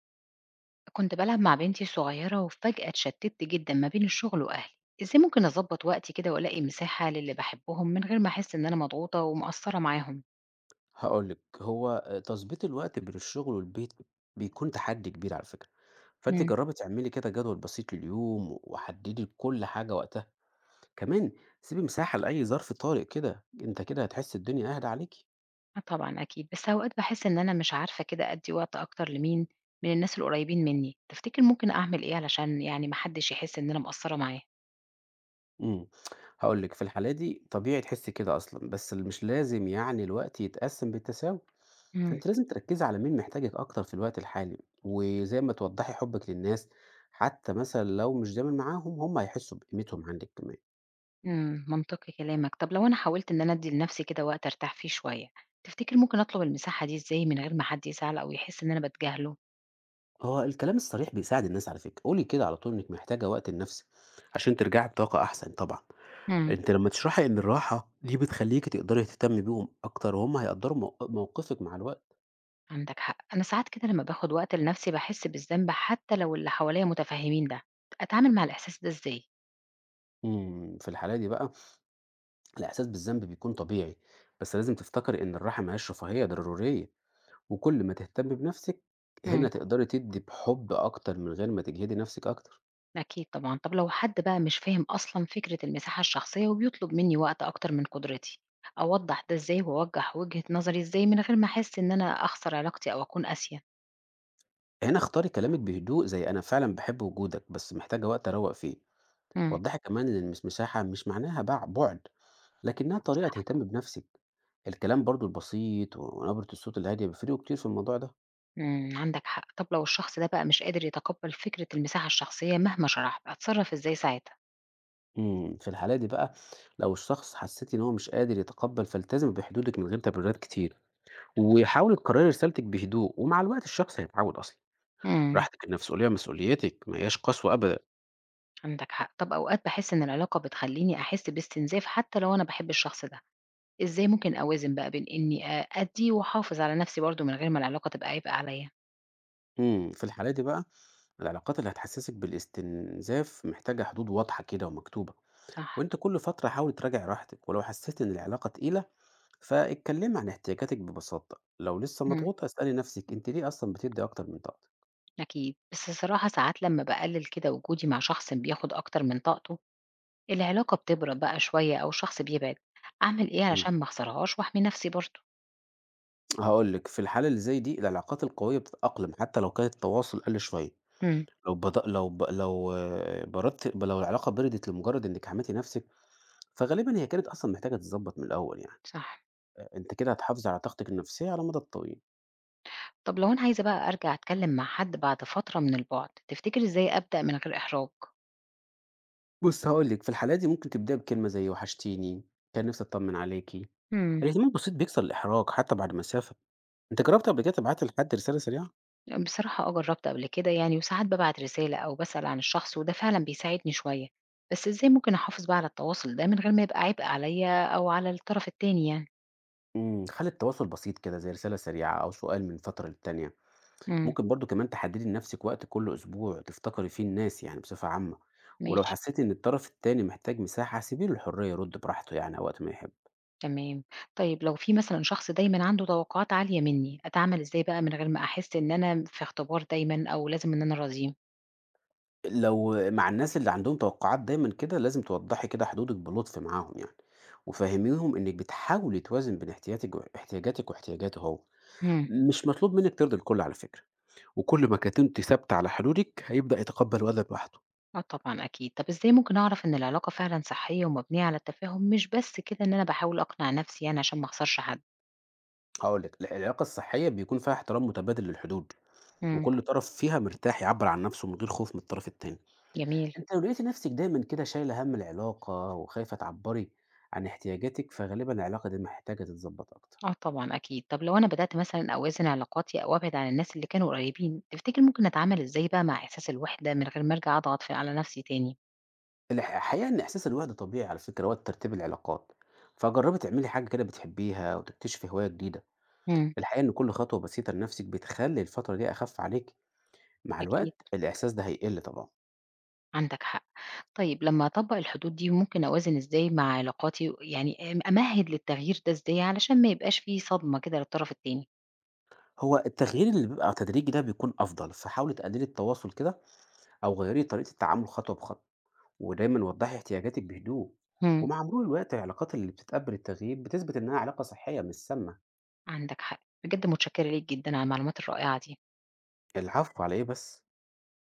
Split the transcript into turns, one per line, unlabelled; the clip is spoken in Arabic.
كنت بلعب مع بنتي الصغيرة وفجأة اتشتت جدا ما بين الشغل وأهلي. ازاي ممكن أظبط وقتي كده وألاقي مساحة للي بحبهم من غير ما أحس إن أنا مضغوطة ومقصرة معاهم؟
هاقول لِك، هو تضبيط الوقت بين الشغل والبيت بيكون تحدّي كبير على فكرة، فأنتِ
مم.
جرّبي تعملي كده جدول بسيط لليوم وحدّدي كل حاجة وقتها، كمان سيبي مساحة لأي ظرف طارئ كده، أنتِ كده هتحسّي الدنيا أهدى عليكِ.
آه طبعا أكيد، بس أوقات بحس إن أنا مش عارفة كده أدي وقت أكتر لمين من الناس القريبين مني. تفتكر ممكن أعمل إيه علشان يعني محدش يحس إن أنا مقصرة معاه؟
إمم، هاقول لِك في الحالة دي طبيعي تحسّي كده أصلًا، بس ال مش لازم يعني الوقت يتقسّم بالتساوي،
مم.
أنتِ لازم تركّزي على مين محتاجِك أكتر في الوقت الحالي، وزي ما توضّحي حُبِّك للناس، حتى مثلًا لو مش دايمًا معاهم، هم هيحسّوا بقيمتهم عندِك كمان.
منطقي كلامك. طب لو أنا حاولت إن أنا أدي لنفسي كده وقت أرتاح فيه شوية، تفتكر ممكن أطلب المساحة دي ازاي من غير ما حد يزعل أو يحس إن أنا بتجاهله؟
هو الكلام الصريح بيساعد الناس على فكرة، قولي كده على طول انك محتاجة وقت لنفسك عشان ترجعي بطاقة احسن طبعا.
مم.
انت لما تشرحي ان الراحة دي بتخليكي تقدري تهتمي بيهم اكتر وهم هيقدروا موقفك مع الوقت.
عندك حق. أنا ساعات كده لما باخد وقت لنفسي بحس بالذنب حتى لو اللي حواليا متفهمين. ده أتعامل مع الإحساس ده إزاي؟
امم، في الحالة دي بقى الاحساس بالذنب بيكون طبيعي، بس لازم تفتكري ان الراحة مهياش رفاهية، ده ضرورية. وكل ما تهتمي بنفسك
مم.
هنا تقدري تدي بحب اكتر من غير ما تجهدي نفسك اكتر.
أكيد طبعا. طب لو حد بقى مش فاهم أصلا فكرة المساحة الشخصية وبيطلب مني وقت أكتر من قدرتي، أوضح ده إزاي وأوجه وجهة نظري إزاي من غير ما أحس إن أنا أخسر علاقتي أو أكون قاسية؟
هنا اختاري كلامك بهدوء، زي انا فعلا بحب وجودك بس محتاجة وقت اروق فيه.
مم.
وضحي كمان إن المسمساحة مش معناها بعد، لكنها طريقة تهتم بنفسك. الكلام برضو البسيط ونبرة الصوت الهادية بيفرقوا كتير في الموضوع ده.
عندك حق. طب لو الشخص ده بقى مش قادر يتقبل فكرة المساحة الشخصية مهما شرحت، أتصرف إزاي ساعتها؟
امم، في الحالة دي بقى لو الشخص حسيت ان هو مش قادر يتقبل، فالتزم بحدودك من غير تبريرات كتير، وحاول تكرري رسالتك بهدوء ومع الوقت الشخص هيتعود اصلا.
امم
راحتك النفسية مسؤوليتك، ما هياش قسوة ابدا.
عندك حق. طب أوقات بحس إن العلاقة بتخليني أحس باستنزاف حتى لو أنا بحب الشخص ده. إزاي ممكن أوازن بقى بين إني أدي وأحافظ على نفسي برضو من غير ما العلاقة تبقى عبء عليا؟
امم، في الحالة دي بقى العلاقات اللي هتحسسك بالاستنزاف محتاجة حدود واضحة كده ومكتوبة.
صح.
وانت كل فترة حاول تراجع راحتك، ولو حسيت ان العلاقة تقيلة فاتكلم عن احتياجاتك ببساطة. لو لسه
مم.
مضغوطة اسألي نفسك انت ليه اصلا بتدي اكتر من طاقتك.
أكيد، بس الصراحة ساعات لما بقلل كده وجودي مع شخص بياخد أكتر من طاقته، العلاقة بتبرد بقى شوية أو الشخص بيبعد. أعمل إيه
مم.
علشان ما أخسرهاش وأحمي نفسي برضو؟
هقولك في الحالة اللي زي دي العلاقات القوية بتتأقلم حتى لو كان التواصل قل شوية.
مم.
لو بدأ لو ب... لو آه، بردت، لو العلاقة بردت لمجرد انك حميتي نفسك فغالبا هي كانت اصلا محتاجة تتظبط من الاول يعني.
صح.
آه، انت كده هتحافظي على طاقتك النفسية على المدى الطويل.
طب لو أنا عايزة بقى أرجع أتكلم مع حد بعد فترة من البعد، تفتكر إزاي أبدأ من غير إحراج؟
بُصّ هاقول لِك، في الحالات دي ممكن تبدئي بكلمة زي وحشتيني، كان نفسي أطمن عليكِ.
مم.
الاهتمام البسيط بيكسر الإحراج حتى بعد مسافة. أنتِ جربتِ قبل كده تبعتي لحد رسالة سريعة؟
بصراحة آه، جرّبت قبل كده يعني، وساعات بابعت رسالة أو باسأل عن الشخص وده فعلًا بيساعدني شوية، بس إزاي ممكن أحافظ بقى على التواصل ده من غير ما يبقى عبء عليّا أو على الطرف التاني يعني؟
إمم، خلّي التواصل بسيط كده زي رسالة سريعة أو سؤال من فترة للتانية.
إمم.
ممكن برضه كمان تحددي لنفسِك وقت كل أسبوع تفتكري فيه الناس يعني بصفة عامة، ولو
ماشي.
حسيتِ إن الطرف التاني محتاج مساحة سيبي له الحرية يرد براحته يعني وقت ما يحب.
تمام. طيب، لو في مثلًا شخص دايمًا عنده توقعات عالية منّي، أتعامل إزاي بقى من غير ما أحس إن أنا في اختبار دايمًا أو لازم إن أنا أراضيه؟
لو مع الناس اللي عندهم توقعات دايمًا كده، لازم توضّحي كده حدودِك بلطف معاهم يعني، وفهّميهم إنِّك بتحاولي توازن بين احتياجاتِك واحتياجاته هو،
إمم.
مش مطلوب منِّك ترضي الكل على فكرة، وكل ما كنتِ ثابتة على حدودِك هيبدأ يتقبّل وضعِك لوحده.
آه طبعًا أكيد. طب إزاي ممكن أعرف إن العلاقة فعلًا صحية ومبنية على التفاهم مش بس كده إن أنا باحاول أقنع نفسي يعني عشان ما أخسرش حد؟
هاقول لِك العلاقة الصحية بيكون فيها احترام متبادل للحدود،
إمم.
وكل طرف فيها مرتاح يعبّر عن نَفْسه من غير خوف من الطرف التاني.
جميل.
أنتِ لو لقيتِ نَفْسِك دايمًا كده شايلة هَم العلاقة وخايفة تعبّري عن احتياجاتِك، فغالبًا العلاقة دي محتاجة تتضبّط أكتر.
آه طبعًا أكيد، طب لو أنا بدأت مثلًا أوازن علاقاتي أو أبعد عن الناس اللي كانوا قريبين، تفتكر ممكن أتعامل إزاي بقى مع إحساس الوحدة من غير ما أرجع أضغط على نفسي تاني؟
الحقيقة إن إحساس الوحدة طبيعي على فكرة وقت ترتيب العلاقات، فجربي تعملي حاجة كده بتحبيها وتكتشفي هواية جديدة.
إمم.
الحقيقة إن كل خطوة بسيطة لنفسك بتخلي الفترة دي أخف عليكِ، مع
أكيد،
الوقت الإحساس ده هيقل طبعًا.
عندك حق. طيب لمّا أطبّق الحدود دي ممكن أوازن إزاي مع علاقاتي، يعني أمهِّد للتغيير ده إزاي علشان ما يبقاش في صدمة كده للطرف التاني؟
هو التغيير اللي بيبقى تدريجي ده بيكون أفضل، فحاولي تقللي التواصل كده أو غيري طريقة التعامل خطوة بخطوة، ودايمًا وضحي احتياجاتك بهدوء،
إمم.
ومع مرور الوقت العلاقات اللي بتتقبل التغيير بتثبت إنها علاقة صحية مش سامة.
عندك حق، بجد متشكرة ليك جدًا على المعلومات الرائعة دي.
العفو على إيه بس.